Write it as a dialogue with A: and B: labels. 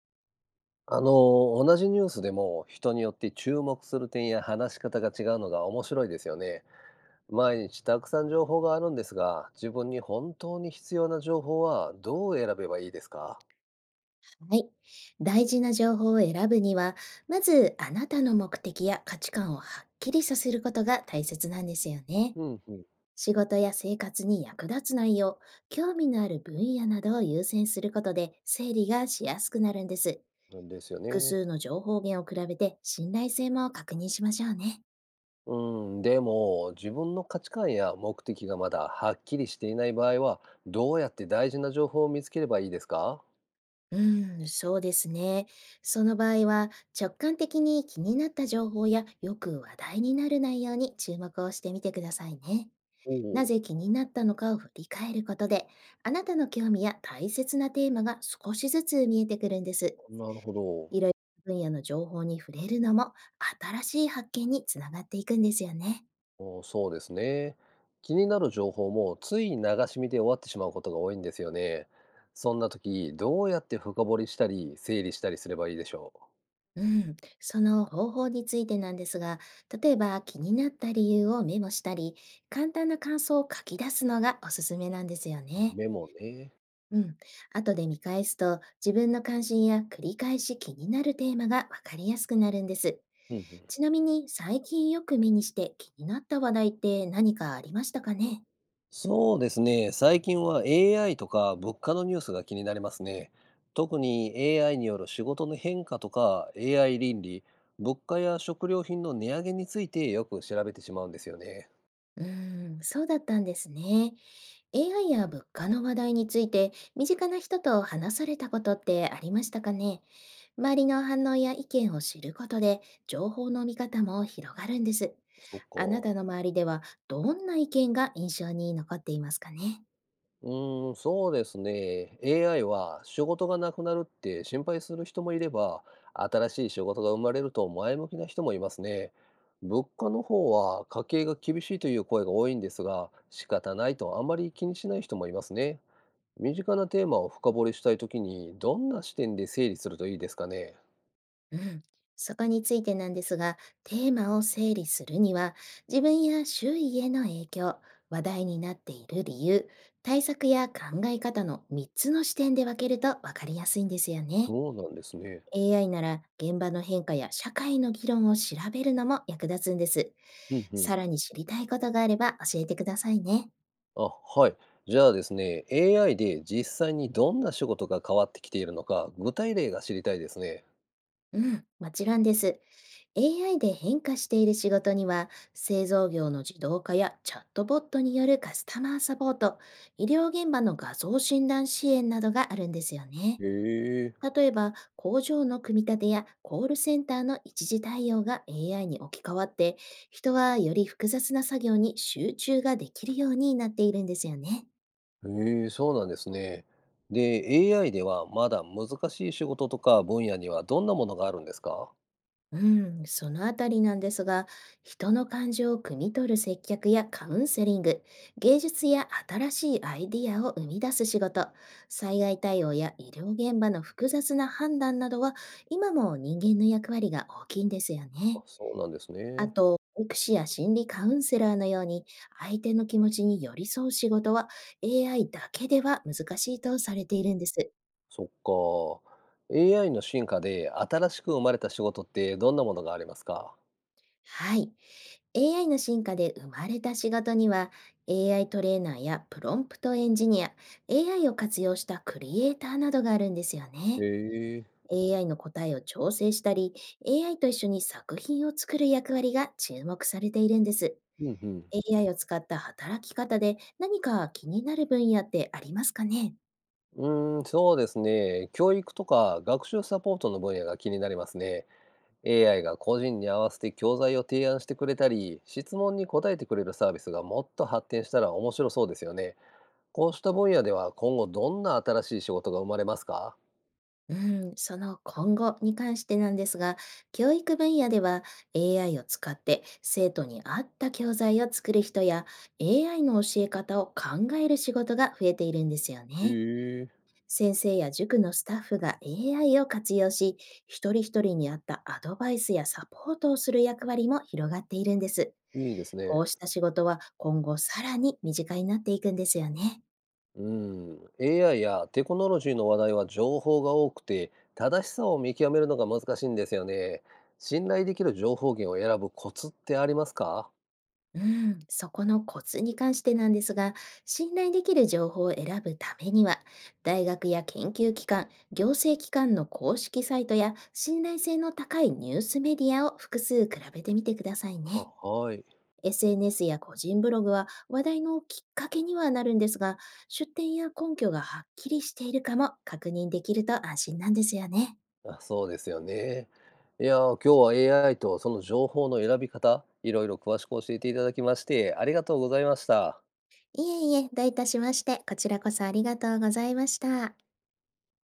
A: あの同じニュースでも人によって注目する点や話し方が違うのが面白いですよね。毎日たくさん情報があるんですが、自分に本当に必要な情報はどう選べばいいですか？
B: はい。大事な情報を選ぶには、まずあなたの目的や価値観をはっきりさせることが大切なんですよね。
A: うんうん。
B: 仕事や生活に役立つ内容、興味のある分野などを優先することで整理がしやすくなるんです。
A: なんですよ
B: 複
A: ね。
B: 数の情報源を比べて信頼性も確認しましょうね。
A: うん、でも自分の価値観や目的がまだはっきりしていない場合は、どうやって大事な情報を見つければいいですか？
B: うーん、そうですね。その場合は直感的に気になった情報やよく話題になる内容に注目をしてみてくださいね。
A: お
B: な
A: お。
B: ぜ気になったのかを振り返ることで、あなたの興味や大切なテーマが少しずつ見えてくるんです。
A: なるほ
B: いろ
A: ど。
B: いろな分野の情報に触れるのも、新しい発見につながっていくんですよね。
A: お、そうですね。気になる情報もつい流し見で終わってしまうことが多いんですよね。そんな時、どうやって深掘りしたり、整理したりすればいいでしょ
B: うん、その方法についてなんですが、例えば気になった理由をメモしたり、簡単な感想を書き出すのがおすすめなんですよ
A: う。
B: ね。
A: メモね。
B: うん。後で見返すと、自分の関心や繰り返し気になるテーマがわかりやすくなるんです。
A: うんうん。
B: ちなみに、最近よく目にして気になった話題って何かありましたかね？
A: そうですね。最近は AI とか物価のニュースが気になりますね。特に AI による仕事の変化とか AI 倫理、物価や食料品の値上げについてよく調べてしまうんですよね。
B: うーん、そうだったんですね。AI や物価の話題について、身近な人と話されたことってありましたかね？周りの反応や意見を知ることで、情報の見方も広がるんです。
A: そっ
B: あなた
A: か。
B: の周りでは、どんな意見が印象に残っていますかね？
A: うーん、そうですね。AI は仕事がなくなるって心配する人もいれば、新しい仕事が生まれると前向きな人もいますね。物価の方は家計が厳しいという声が多いんですが、仕方ないとあまり気にしない人もいますね。身近なテーマを深掘りしたいときに、どんな視点で整理するといいですかね。
B: うん、そこについてなんですが、テーマを整理するには、自分や周囲への影響、話題になっている理由、対策や考え方の3つの視点で分けると分かりやすいんですよね。
A: そうなんですね。
B: AI なら現場の変化や社会の議論を調べるのも役立つんです。
A: うんう
B: さ
A: ん。
B: らに知りたいことがあれば教えてくださいね。
A: あ、はい。じゃあですね、AI で実際にどんな仕事が変わってきているのか、具体例が知りたいですね。
B: うん、もちろんです。AI で変化している仕事には、製造業の自動化やチャットボットによるカスタマーサポート、医療現場の画像診断支援などがあるんですよね。
A: へえ。
B: 例えば、工場の組み立てやコールセンターの一時対応が AI に置き換わって、人はより複雑な作業に集中ができるようになっているんですよね。
A: へえ、そうなんですね。で、AI ではまだ難しい仕事とか分野にはどんなものがあるんですか？
B: うん、そのあたりなんですが、人の感情を汲み取る接客やカウンセリング、芸術や新しいアイディアを生み出す仕事、災害対応や医療現場の複雑な判断などは、今も人間の役割が大きいんですよ
A: あ、
B: ね。
A: そうなんです
B: あ
A: ね。
B: と、保育士や心理カウンセラーのように、相手の気持ちに寄り添う仕事は AI だけでは難しいとされているんです。
A: そっか。AI の進化で新しく生まれた仕事ってどんなものがありますか？
B: はい。AI の進化で生まれた仕事には、AI トレーナーやプロンプトエンジニア、AI を活用したクリエイターなどがあるんですよ
A: へ
B: ね。
A: え。
B: AI の答えを調整したり、AI と一緒に作品を作る役割が注目されているんです。
A: うんうん。
B: AI を使った働き方で何か気になる分野ってありますかね？
A: うーん、そうですね。教育とか学習サポートの分野が気になりますね。AI が個人に合わせて教材を提案してくれたり、質問に答えてくれるサービスがもっと発展したら面白そうですよね。こうした分野では今後どんな新しい仕事が生まれますか？
B: うん、その今後に関してなんですが、教育分野では AI を使って生徒に合った教材を作る人や AI の教え方を考える仕事が増えているんですよ
A: へ
B: ね。
A: え。
B: 先生や塾のスタッフが AI を活用し、一人一人に合ったアドバイスやサポートをする役割も広がっているんです。
A: いいです
B: こ
A: ね。
B: うした仕事は今後さらに身近になっていくんですよね。
A: うん。AI やテクノロジーの話題は情報が多くて、正しさを見極めるのが難しいんですよね。信頼できる情報源を選ぶコツってありますか？
B: うん、そこのコツに関してなんですが、信頼できる情報を選ぶためには、大学や研究機関、行政機関の公式サイトや、信頼性の高いニュースメディアを複数比べてみてください
A: あ、
B: ね。
A: はい。
B: SNS や個人ブログは話題のきっかけにはなるんですが、出典や根拠がはっきりしているかも確認できると安心なんですよね。
A: あ、そうですよね。いやー、今日は AI とその情報の選び方、いろいろ詳しく教えていただきまして、ありがとうございました。
B: いえいえ、どういたしまして、こちらこそありがとうございました。